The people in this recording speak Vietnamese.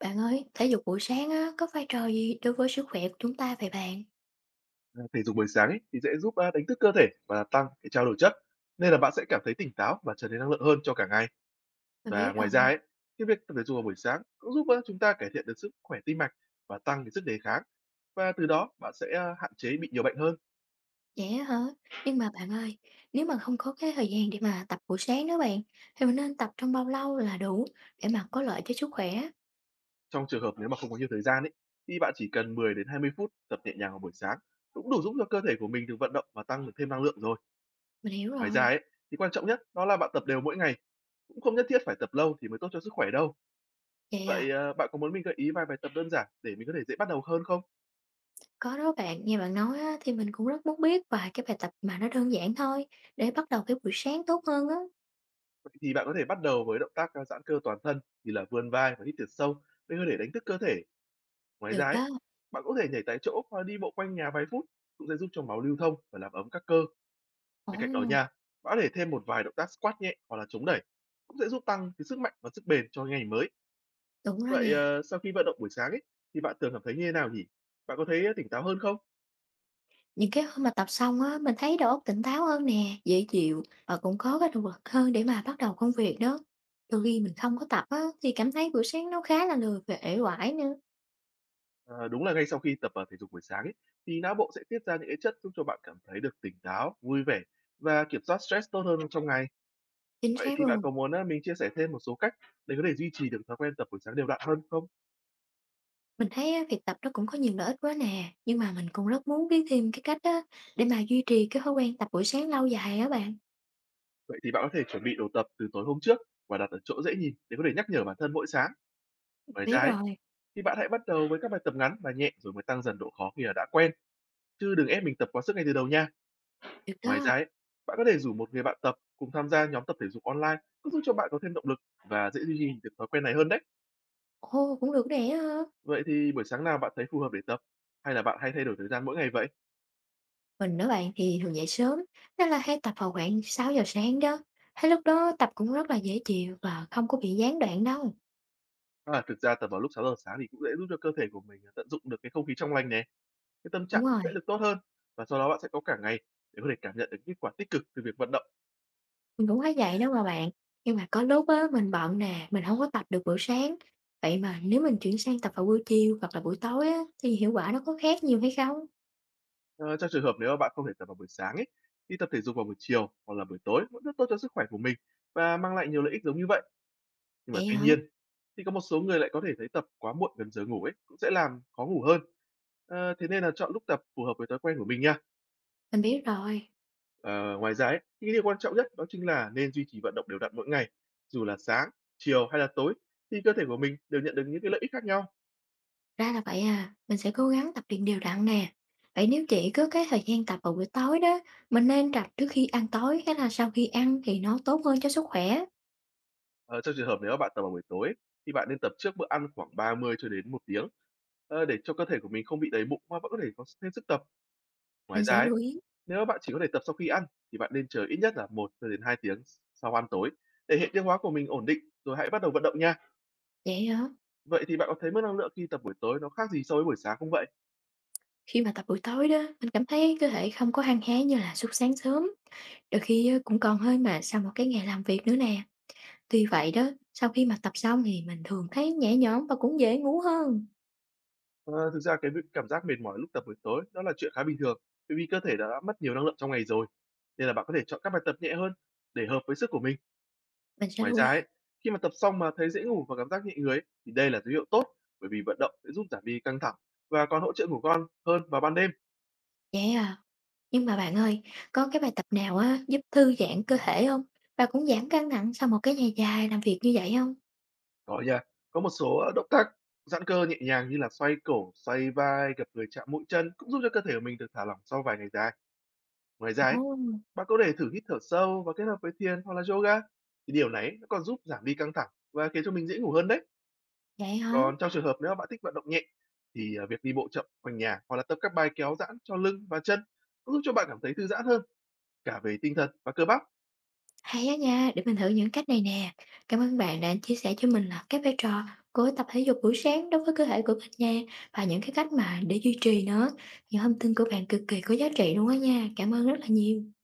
Bạn ơi, thể dục buổi sáng á, có vai trò gì đối với sức khỏe của chúng ta vậy bạn? À, thể dục buổi sáng ấy thì sẽ giúp, đánh thức cơ thể và làm tăng cái trao đổi chất, nên là bạn sẽ cảm thấy tỉnh táo và trở nên năng lượng hơn cho cả ngày. Mình biết Và ngoài rồi, ra ấy, cái việc tập thể dục vào buổi sáng cũng giúp á chúng ta cải thiện được sức khỏe tim mạch và tăng cái sức đề kháng. Và từ đó bạn sẽ, hạn chế bị nhiều bệnh hơn. vậy á hả? Nhưng mà bạn ơi, nếu mà không có cái thời gian để mà tập buổi sáng đó bạn, thì mình nên tập trong bao lâu là đủ để mà có lợi cho sức khỏe? Trong trường hợp nếu mà không có nhiều thời gian ấy, thì bạn chỉ cần 10 đến 20 phút tập nhẹ nhàng vào buổi sáng cũng đủ giúp cho cơ thể của mình được vận động và tăng được thêm năng lượng rồi. Mình hiểu Ngoài ra rồi. ấy, thì quan trọng nhất đó là bạn tập đều mỗi ngày, cũng không nhất thiết phải tập lâu thì mới tốt cho sức khỏe đâu. Vậy Vậy, à, bạn có muốn mình gợi ý vài bài tập đơn giản để mình có thể dễ bắt đầu hơn không? có đó bạn, nghe bạn nói á, thì mình cũng rất muốn biết vài cái bài tập mà nó đơn giản thôi, để bắt đầu cái buổi sáng tốt hơn á. Vậy thì bạn có thể bắt đầu với động tác, giãn cơ toàn thân như là vươn vai và hít thật sâu để có thể đánh thức cơ thể. Ngoài ra Được ấy, đó. bạn có thể nhảy tại chỗ hoặc đi bộ quanh nhà vài phút cũng sẽ giúp cho máu lưu thông và làm ấm các cơ. Ồ, Bên cạnh đó nha, bạn có thể thêm một vài động tác squat nhẹ hoặc là chống đẩy, cũng sẽ giúp tăng cái sức mạnh và sức bền cho ngày mới. đúng đó Vậy, nha. Sau khi vận động buổi sáng ấy, thì bạn thường cảm thấy như thế nào nhỉ? Bạn có thấy tỉnh táo hơn không? Những cái hôm mà tập xong á, mình thấy đầu óc tỉnh táo hơn nè, dễ chịu và cũng có cái động lực hơn để mà bắt đầu công việc đó. Đôi khi mình không có tập á, thì cảm thấy buổi sáng nó khá là lười và uể oải nữa. Ờ, đúng là ngay sau khi tập, à, thể dục buổi sáng ấy, thì não bộ sẽ tiết ra những cái chất giúp cho bạn cảm thấy được tỉnh táo, vui vẻ và kiểm soát stress tốt hơn trong ngày. Chính Vậy xác thì bạn luôn. có muốn, mình chia sẻ thêm một số cách để có thể duy trì được thói quen tập buổi sáng đều đặn hơn không? Mình thấy á, việc tập nó cũng có nhiều lợi ích quá nè, nhưng mà mình cũng rất muốn biết thêm cái cách á, để mà duy trì cái thói quen tập buổi sáng lâu dài á bạn. Vậy thì bạn có thể chuẩn bị đồ tập từ tối hôm trước và đặt ở chỗ dễ nhìn để có thể nhắc nhở bản thân mỗi sáng. Mình Ngoài ra biết ấy, rồi, thì bạn hãy bắt đầu với các bài tập ngắn và nhẹ rồi mới tăng dần độ khó khi là đã quen, chứ đừng ép mình tập quá sức ngay từ đầu nha. được Ngoài đó. ra ấy, bạn có thể rủ một người bạn tập cùng tham gia nhóm tập thể dục online, cũng giúp cho bạn có thêm động lực và dễ duy trì được thói quen này hơn đấy. Ô, cũng được nè hả? Vậy thì buổi sáng nào bạn thấy phù hợp để tập? Hay là bạn hay thay đổi thời gian mỗi ngày vậy? Mình đó bạn thì thường dậy sớm, nên là hay tập vào khoảng 6 giờ sáng đó. Thấy lúc đó tập cũng rất là dễ chịu và không có bị gián đoạn đâu. À, thực ra tập vào lúc 6 giờ sáng thì cũng dễ giúp cho cơ thể của mình à, tận dụng được cái không khí trong lành này, cái tâm Đúng trạng cũng rồi, sẽ được tốt hơn và sau đó bạn sẽ có cả ngày để có thể cảm nhận được kết quả tích cực từ việc vận động. mình cũng thấy vậy đó mà bạn. Nhưng mà có lúc á, mình bận nè, mình không có tập được buổi sáng. Vậy mà nếu mình chuyển sang tập vào buổi chiều hoặc là buổi tối á, thì hiệu quả nó có khác nhiều hay không? Ờ, trong trường hợp nếu mà bạn không thể tập vào buổi sáng ấy, thì tập thể dục vào buổi chiều hoặc là buổi tối vẫn rất tốt cho sức khỏe của mình và mang lại nhiều lợi ích giống như vậy. Nhưng mà Vậy tuy hả? nhiên, thì có một số người lại có thể thấy tập quá muộn gần giờ ngủ ấy, cũng sẽ làm khó ngủ hơn. Thế nên là chọn lúc tập phù hợp với thói quen của mình nha. Mình biết rồi, Ờ, ngoài ra ấy, thì cái điều quan trọng nhất đó chính là nên duy trì vận động đều đặn mỗi ngày, dù là sáng, chiều hay là tối thì cơ thể của mình đều nhận được những cái lợi ích khác nhau. ra là vậy à, mình sẽ cố gắng tập luyện đều đặn nè. Vậy nếu chỉ có cái thời gian tập vào buổi tối đó, mình nên tập trước khi ăn tối hay là sau khi ăn thì nó tốt hơn cho sức khỏe? Ờ, trong trường hợp nếu mà bạn tập vào buổi tối thì bạn nên tập trước bữa ăn khoảng 30 cho đến một tiếng để cho cơ thể của mình không bị đầy bụng mà vẫn có thể có thêm sức tập. Ngoài Mình ra sẽ ấy, lưu ý. nếu bạn chỉ có thể tập sau khi ăn thì bạn nên chờ ít nhất là một cho đến 2 tiếng sau ăn tối để hệ tiêu hóa của mình ổn định, rồi hãy bắt đầu vận động nha. Vậy hả? Vậy thì bạn có thấy mất năng lượng khi tập buổi tối nó khác gì so với buổi sáng không vậy? Khi mà tập buổi tối đó, mình cảm thấy cơ thể không có hăng hái như là lúc sáng sớm. Đôi khi á, cũng còn hơi mệt sau một cái ngày làm việc nữa nè. Tuy vậy đó, sau khi mà tập xong thì mình thường thấy nhẹ nhõm và cũng dễ ngủ hơn. Ờ, thực ra cái việc cảm giác mệt mỏi lúc tập buổi tối đó là chuyện khá bình thường, bởi vì cơ thể đã mất nhiều năng lượng trong ngày rồi. Nên là bạn có thể chọn các bài tập nhẹ hơn để hợp với sức của mình. Mình sẽ Ngoài lưu ra ấy, ý. khi mà tập xong mà thấy dễ ngủ và cảm giác nhẹ người ấy, thì đây là dấu hiệu tốt bởi vì vận động sẽ giúp giảm đi căng thẳng và còn hỗ trợ ngủ ngon hơn vào ban đêm. Vậy à. Nhưng mà bạn ơi, có cái bài tập nào á giúp thư giãn cơ thể không? Và cũng giảm căng thẳng sau một cái ngày dài làm việc như vậy không? Có nha, có một số, động tác giãn cơ nhẹ nhàng như là xoay cổ, xoay vai, gập người chạm mũi chân cũng giúp cho cơ thể của mình được thả lỏng sau vài ngày dài. Ngoài ra ấy, Ồ, bạn có thể thử hít thở sâu và kết hợp với thiền hoặc là yoga. Thì điều này nó còn giúp giảm đi căng thẳng và khiến cho mình dễ ngủ hơn đấy. vậy hả? Còn trong trường hợp nếu mà bạn thích vận động nhẹ thì, việc đi bộ chậm quanh nhà hoặc là tập các bài kéo giãn cho lưng và chân cũng giúp cho bạn cảm thấy thư giãn hơn cả về tinh thần và cơ bắp. Hay á nha, để mình thử những cách này nè. Cảm ơn bạn đã chia sẻ cho mình là cái vai trò của tập thể dục buổi sáng đối với cơ thể của mình nha và những cái cách mà để duy trì nó. Những thông tin của bạn cực kỳ có giá trị luôn á nha. Cảm ơn rất là nhiều.